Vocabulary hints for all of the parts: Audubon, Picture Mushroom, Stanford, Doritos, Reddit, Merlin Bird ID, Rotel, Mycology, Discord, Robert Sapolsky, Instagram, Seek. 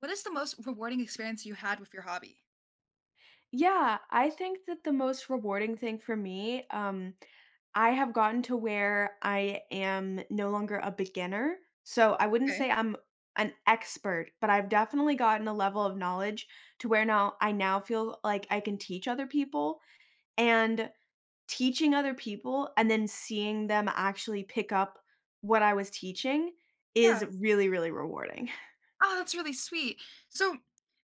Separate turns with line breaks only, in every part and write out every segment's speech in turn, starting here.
What is the most rewarding experience you had with your hobby?
Yeah, I think that the most rewarding thing for me, I have gotten to where I am no longer a beginner. So I wouldn't
Okay.
say I'm an expert, but I've definitely gotten a level of knowledge to where now feel like I can teach other people and teaching other people and then seeing them actually pick up what I was teaching is
Yeah.
really, really rewarding.
Oh, that's really sweet. So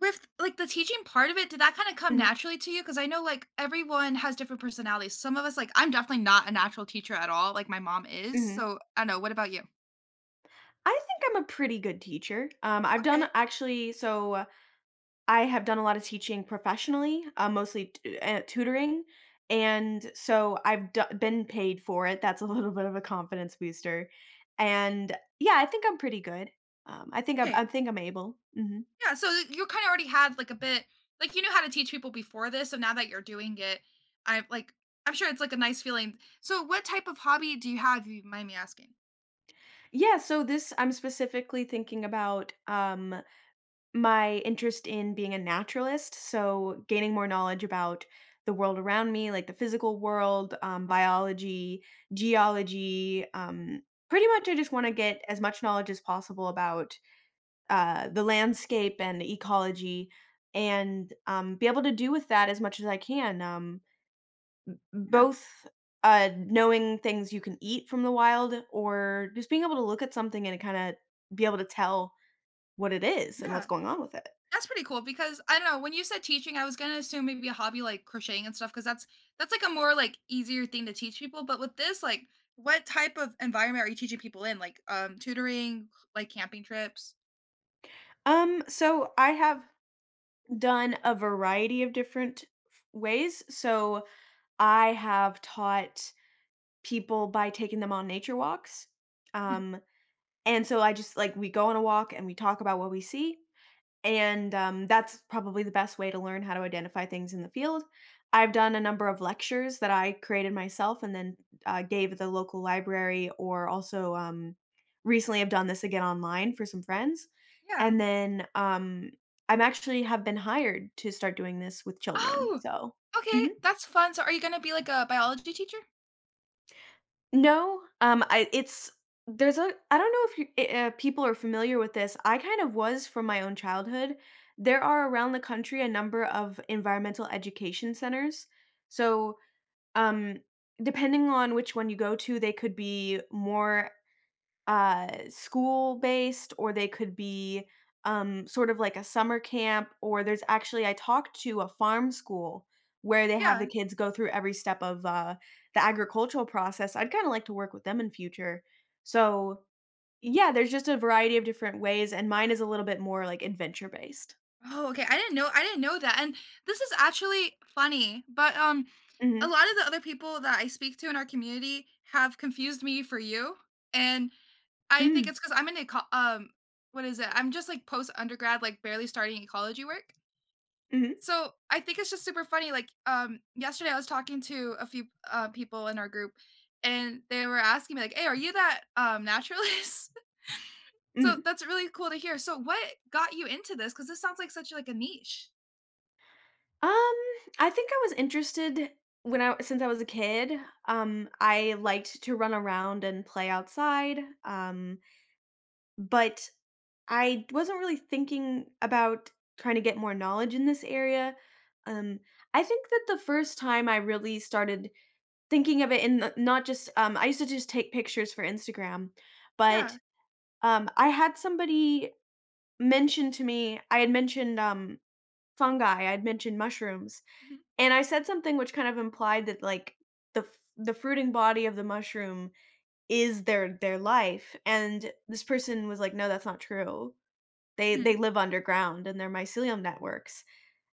with the teaching part of it, did that kind of come
Mhm,
naturally to you? Because I know everyone has different personalities. Some of us, I'm definitely not a natural teacher at all, like my mom is.
mhm.
So I don't know. What about you?
I think I'm a pretty good teacher. I've done
Okay.
actually so I have done a lot of teaching professionally, mostly t tutoring, and so I've do been paid for it. That's a little bit of a confidence booster, and yeah, I think I'm pretty good. I
Okay.
think I'm able, mhm.
Yeah. So you kind of already had like a bit, like you knew how to teach people before this. So now that you're doing it, I like, I'm sure it's like a nice feeling. So what type of hobby do you have, if you mind me asking?
Yeah, so this I'm specifically thinking about, my interest in being a naturalist, so gaining more knowledge about the world around me, like the physical world, biology, geology. Pretty much, I just want to get as much knowledge as possible about the landscape and ecology, and be able to do with that as much as I can.
Yeah.
Both knowing things you can eat from the wild, or just being able to look at something and kind of be able to tell what it is and what's
Yeah.
going on with it.
That's pretty cool because I don't know, when you said teaching, I was gonna assume maybe a hobby like crocheting and stuff because that's like a more easier thing to teach people. But with this, like what type of environment are you teaching people in? Like tutoring, like camping trips?
So I have done a variety of different ways. So I have taught people by taking them on nature walks.
Mhm.
Um, and so I just like we go on a walk and we talk about what we see. And, that's probably the best way to learn how to identify things in the field. I've done a number of lectures that I created myself and then, gave at the local library or also, recently I've done this again online for some friends.
Yeah.
And then, I'm actually have been hired to start doing this with children,
Oh,
so
okay.
mhm.
That's fun. So are you gonna be like a biology teacher?
No, I it's there's a I don't know if you I people are familiar with this. I kind of was from my own childhood. There are around the country a number of environmental education centers. So, um, depending on which one you go to, they could be more school based, or they could be sort of like a summer camp, or there's actually, I talked to a farm school where they have the
Yeah.
kids go through every step of the agricultural process. I'd kind of like to work with them in future. So, yeah, there's just a variety of different ways, and mine is a little bit more like adventure based.
Oh, okay. I didn't know that. And this is actually funny, but a
Hmm.
lot of the other people that I speak to in our community have confused me for you. And I think
Mm,
it's because 'cause I'm in eco what is it? I'm just, like, post undergrad, like, barely starting ecology work.
hmm.
So, I think it's just super funny, like, yesterday I was talking to a few, people in our group, and they were asking me, like, "Hey, are you that, naturalist?" So,
Hmm.
that's really cool to hear. So, what got you into this? Because this sounds like such, like, a niche.
Um, I think I was interested when I since I was a kid. I liked to run around and play outside. Um, But I wasn't really thinking about trying to get more knowledge in this area. Um, I think that the first time I really started thinking of it in the, not just I used to just take pictures for Instagram, but
Yeah.
I had somebody mention to me. I had mentioned fungi. I had mentioned mushrooms,
Mhm,
and I said something which kind of implied that like the fruiting body of the mushroom is their life. And this person was like, "No, that's not true.
mhm.
They live underground in their mycelium networks,"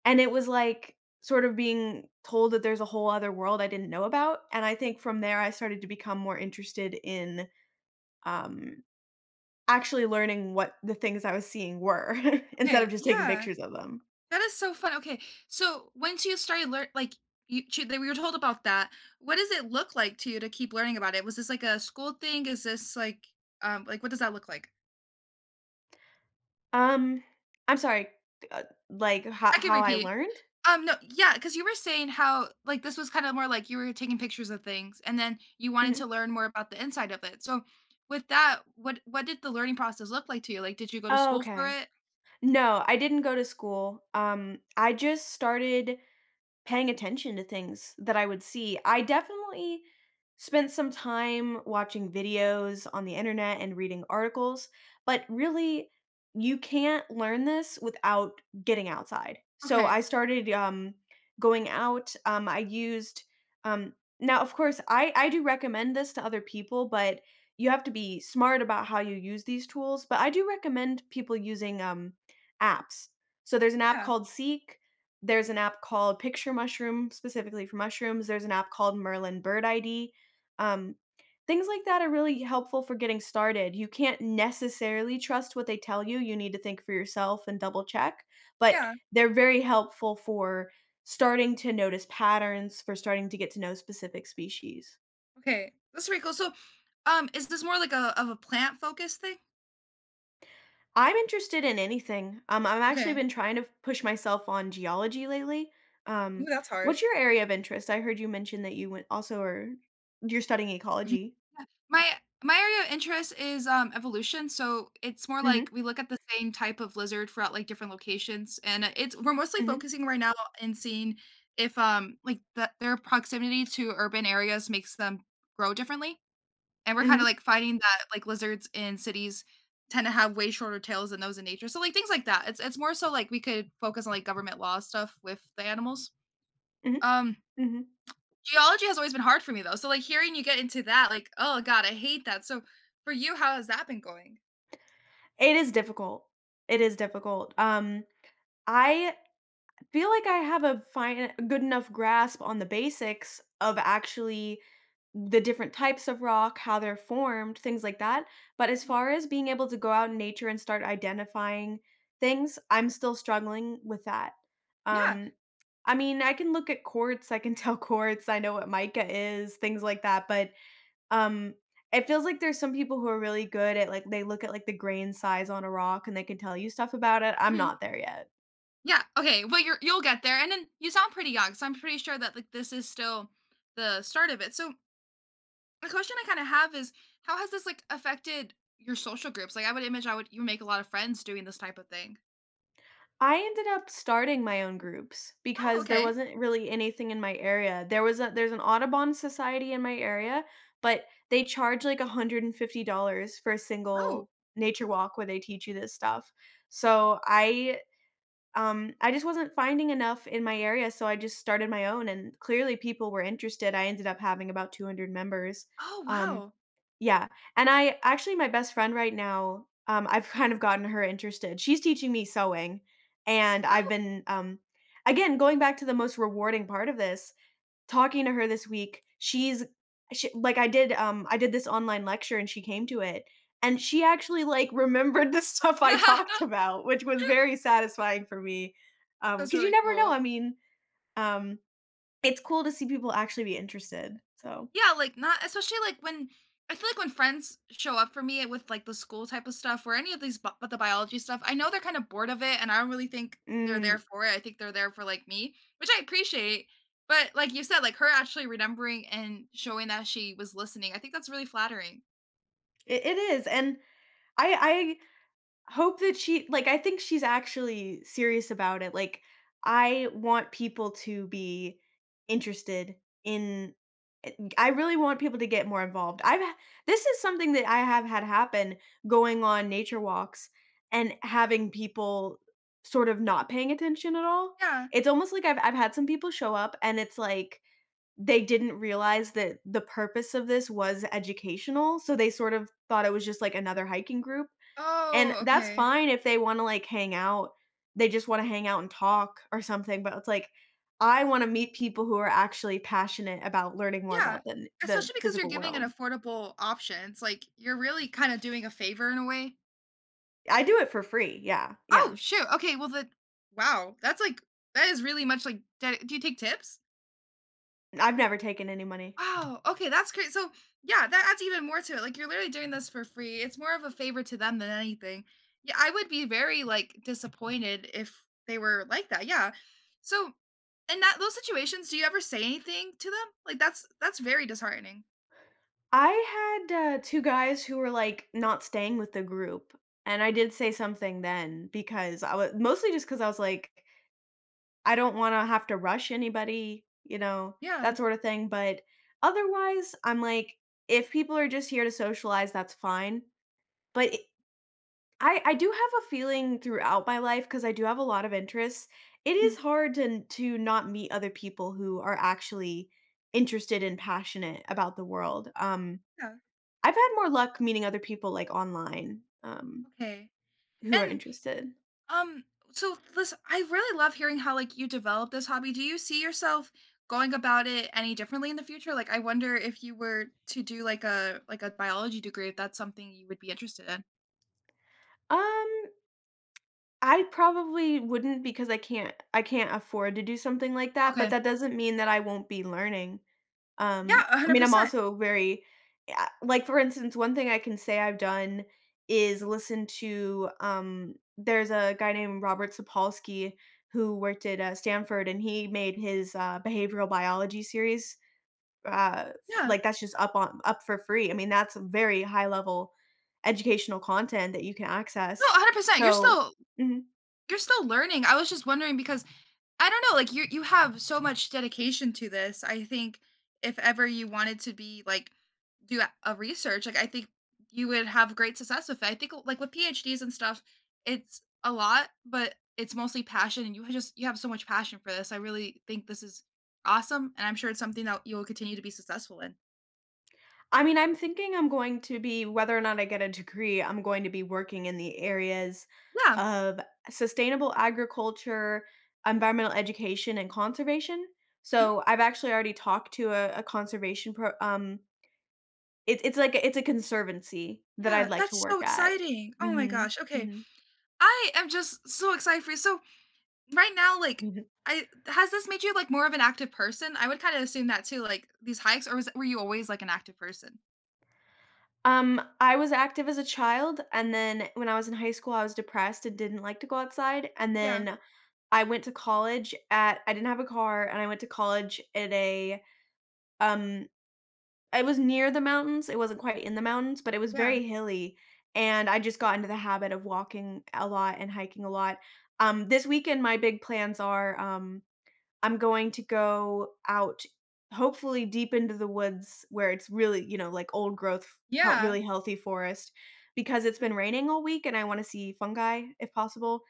and it was, like, sort of being told that there's a whole other world I didn't know about, and I think from there, I started to become more interested in, um, actually learning what the things I was seeing were instead of
Okay,
just taking
yeah.
pictures of them.
That is so fun. Okay, so once you started learn, like that we were told about that, what does it look like to you to keep learning about it? Was this like a school thing? Is this like, what does that look like?
Um, I'm sorry, uh, like,
I can
how I
repeat.
learned?
No, yeah, because you were saying how like this was kind of more like you were taking pictures of things, and then you wanted
Mhm.
to learn more about the inside of it. So, with that, what did the learning process look like to you? Like, did you go to
Oh,
school for
okay.
it?
No, I didn't go to school. I just started paying attention to things that I would see. I definitely spent some time watching videos on the internet and reading articles, but really, you can't learn this without getting outside. So
Okay.
I started going out. Um, now, of course, I do recommend this to other people, but you have to be smart about how you use these tools. But I do recommend people using apps. So there's an app
Yeah.
called Seek, there's an app called Picture Mushroom, specifically for mushrooms. There's an app called Merlin Bird ID. Um, things like that are really helpful for getting started. You can't necessarily trust what they tell you. You need to think for yourself and double check, but
Yeah.
they're very helpful for starting to notice patterns, for starting to get to know specific species.
Okay. That's pretty cool. So, is this more like a of a plant focused thing?
I'm interested in anything. I've actually
Okay.
been trying to push myself on geology lately.
Ooh,
Um,
that's hard.
what's your area of interest? I heard you mention that you went also are you're studying
Mhm.
ecology.
Yeah. My area of interest is, evolution, so it's more like
Mhm.
we look at the same type of lizard throughout, like, different locations, and it's we're mostly
Mhm.
focusing right now in seeing if, like, their proximity to urban areas makes them grow differently, and we're kinda,
Mhm.
like, finding that, like, lizards in cities tend to have way shorter tails than those in nature, so, like, things like that. It's more so, like, we could focus on, like, government law stuff with the animals.
Mhm.
Um,
Mhm.
geology has always been hard for me though, so, like, hearing you get into that, like, oh god, I hate that. So, for you, how has that been going?
It is difficult. It is difficult. I feel like I have a fine good enough grasp on the basics of actually the different types of rock, how they're formed, things like that. But as
Mhm.
far as being able to go out in nature and start identifying things, I'm still struggling with that.
Yeah.
Um, I mean, I can look at quartz, I can tell quartz, I know what mica is, things like that, but um, it feels like there's some people who are really good at, like they look at, like, the grain size on a rock, and they can tell you stuff about it. I'm
Mhm.
not there yet.
Yeah, okay, well, you'll get there, and then you sound pretty young, so I'm pretty sure that, like, this is still the start of it. So, the question I kinda have is, how has this, like, affected your social groups? Like, I would you make a lot of friends doing this type of thing.
I ended up starting my own groups
Oh,
because there
okay.
wasn't really anything in my area. There was a There's an Audubon society in my area, but they charge like $150 for a
Oh.
single nature walk where they teach you this stuff. So I just wasn't finding enough in my area, so I just started my own and clearly people were interested. I ended up having about 200 members.
Oh,
Um
wow.
yeah, and I actually my best friend right now, I've kind of gotten her interested. She's teaching me sewing, and I've
Oh.
been, again, going back to the most rewarding part of this, talking to her this week, she like, I did this online lecture and she came to it, and she actually, like, remembered the stuff I talked about, which was very satisfying for me.
That's
Because you
really
never know,
cool.
I mean, um, it's cool to see people actually be interested, so
Yeah, like not especially like when I feel like when friends show up for me with like the school type of stuff or any of these but the biology stuff, I know they're kind of bored of it and I don't really think they're
mm,
there for it. I think they're there for like me, which I appreciate. But like you said, like her actually remembering and showing that she was listening, I think that's really flattering.
it is, and I hope that she like I think she's actually serious about it. Like I want people to be interested in, I really want people to get more involved. This is something that I have had happen going on nature walks and having people sort of not paying attention at all.
Yeah.
It's almost like I've had some people show up and it's like they didn't realize that the purpose of this was educational, so they sort of thought it was just like another hiking group and
Oh,
that's
okay.
fine if they wanna, like, hang out. They just wanna hang out and talk or something, but it's like, I wanna meet people who are actually passionate about learning more
Yeah.
about the
Especially because you're
physical
giving an
world.
affordable option. It's like you're really kind of doing a favor in a way.
I do it for free, yeah,
Oh,
yeah.
shoot, okay, wow, that's, like that is really much, like d do you take tips?
I've never taken any money.
Oh, okay, that's great, so, yeah, that adds even more to it, like, you're literally doing this for free, it's more of a favor to them than anything. Yeah, I would be very, like, disappointed if they were like that, yeah. So, in that those situations, do you ever say anything to them? Like, that's very disheartening.
I had, two guys who were, like, not staying with the group, and I did say something then because I was mostly just because I was like I don't wanna have to rush anybody,
Yeah,
that sort of thing, but otherwise, I'm like, if people are just here to socialize, that's fine, but it I do have a feeling throughout my life because I do have a lot of interests, it
mhm,
is hard to not meet other people who are actually interested and passionate about the world,
yeah,
I've had more luck meeting other people, like, online,
okay,
who are
and
interested.
Um, so listen, I really love hearing how like you developed this hobby. Do you see yourself going about it any differently in the future? Like I wonder if you were to do like a biology degree, if that's something you would be interested in.
Um I probably wouldn't because I can't afford to do something like that, but
Okay.
that doesn't mean that I won't be learning.
Yeah,
I mean, I'm
100%.
also very yeah, like for instance, one thing I can say I've done is listen to there's a guy named Robert Sapolsky who worked at Stanford and he made his behavioral biology series
Yeah.
like that's just up for free. I mean, that's very high level educational content that you can
No,
access.
100%.
So, mhm.
You're still learning. I was just wondering because I don't know, like, you have so much dedication to this. I think if ever you wanted to be, like, do a research, like, I think you would have great success with it. I think, like, with PhDs and stuff, it's a lot, but it's mostly passion, and you just you have so much passion for this. I really think this is awesome, and I'm sure it's something that you'll continue to be successful in.
I mean, I'm thinking I'm going to be, whether or not I get a degree, I'm going to be working in the areas
Yeah.
of sustainable agriculture, environmental education, and conservation.
Mhm.
So I've actually already talked to a conservation pro. It's like it's a conservancy that I'd
Yeah,
like to
that's
work
so
at.
exciting. Oh my
Hmm.
gosh, okay.
Hmm.
I am just so excited for you. So right now, like, I has this made you, like, more of an active person? I would kinda assume that too, like, these hikes or was were you always, like, an active person?
I was active as a child, and then when I was in high school, I was depressed and didn't like to go outside. And
Yeah,
then I went to college at I didn't have a car, and I went to college at um it was near the mountains, it wasn't quite in the mountains, but it was
yeah,
very hilly, and I just got into the habit of walking a lot and hiking a lot. This weekend, my big plans are, I'm going to go out, hopefully deep into the woods where it's really, you know, like old growth,
yeah.
really healthy forest because it's been raining all week and I want to see fungi if possible.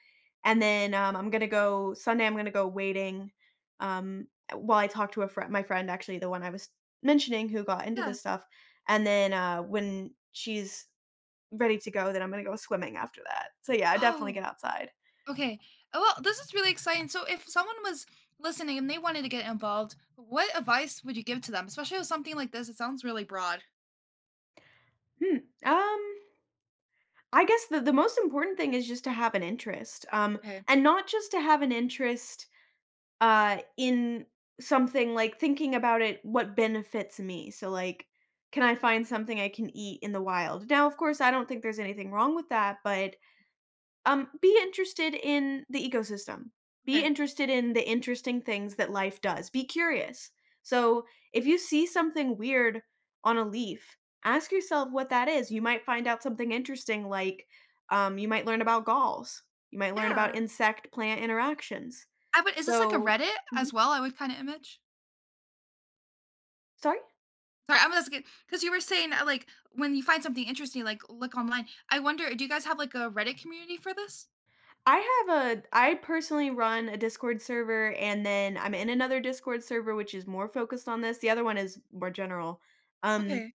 And then I'm going to go Sunday, I'm going to go wading um, while I talk to a friend, my friend, actually, the one I was mentioning who got into
Yeah.
this stuff. And then when she's ready to go, then I'm going to go swimming after that. So yeah, I definitely
Oh,
get outside.
okay. Oh, well, this is really exciting. So if someone was listening and they wanted to get involved, what advice would you give to them? Especially with something like this, it sounds really broad.
Hmm. Um, I guess the most important thing is just to have an interest,
Okay,
and not just to have an interest, in something, like, thinking about it, what benefits me, so, like, can I find something I can eat in the wild? Now, of course, I don't think there's anything wrong with that, but be interested in the ecosystem. Be
okay.
interested in the interesting things that life does. Be curious. So, if you see something weird on a leaf, ask yourself what that is. You might find out something interesting, like you might learn about galls, you might learn about
Yeah.
insect plant interactions.
I would is this like a
So,
Reddit
mhm.
as well, I would kinda image?
Sorry?
Sorry, I'm just because you were saying like when you find something interesting, like look online. I wonder, do you guys have like a Reddit community for this?
I personally run a Discord server and then I'm in another Discord server which is more focused on this. The other one is more general. Um
Okay,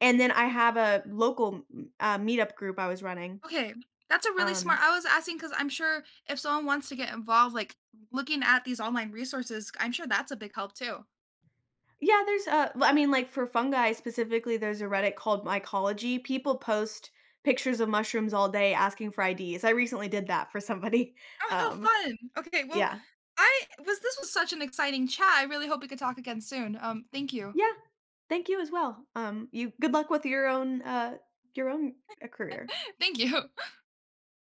And then I have a local, meetup group I was running.
okay, that's a really smart.
Um
I was asking because I'm sure if someone wants to get involved, like looking at these online resources, I'm sure that's a big help too.
Yeah, there's a. well, I mean, like, for fungi specifically, there's a Reddit called Mycology. People post pictures of mushrooms all day asking for IDs. I recently did that for somebody.
Oh, how
Um,
fun! Okay, well,
yeah.
I was. This was such an exciting chat. I really hope we could talk again soon. Thank you,
Yeah, thank you as well. You good luck with your own, career.
thank you.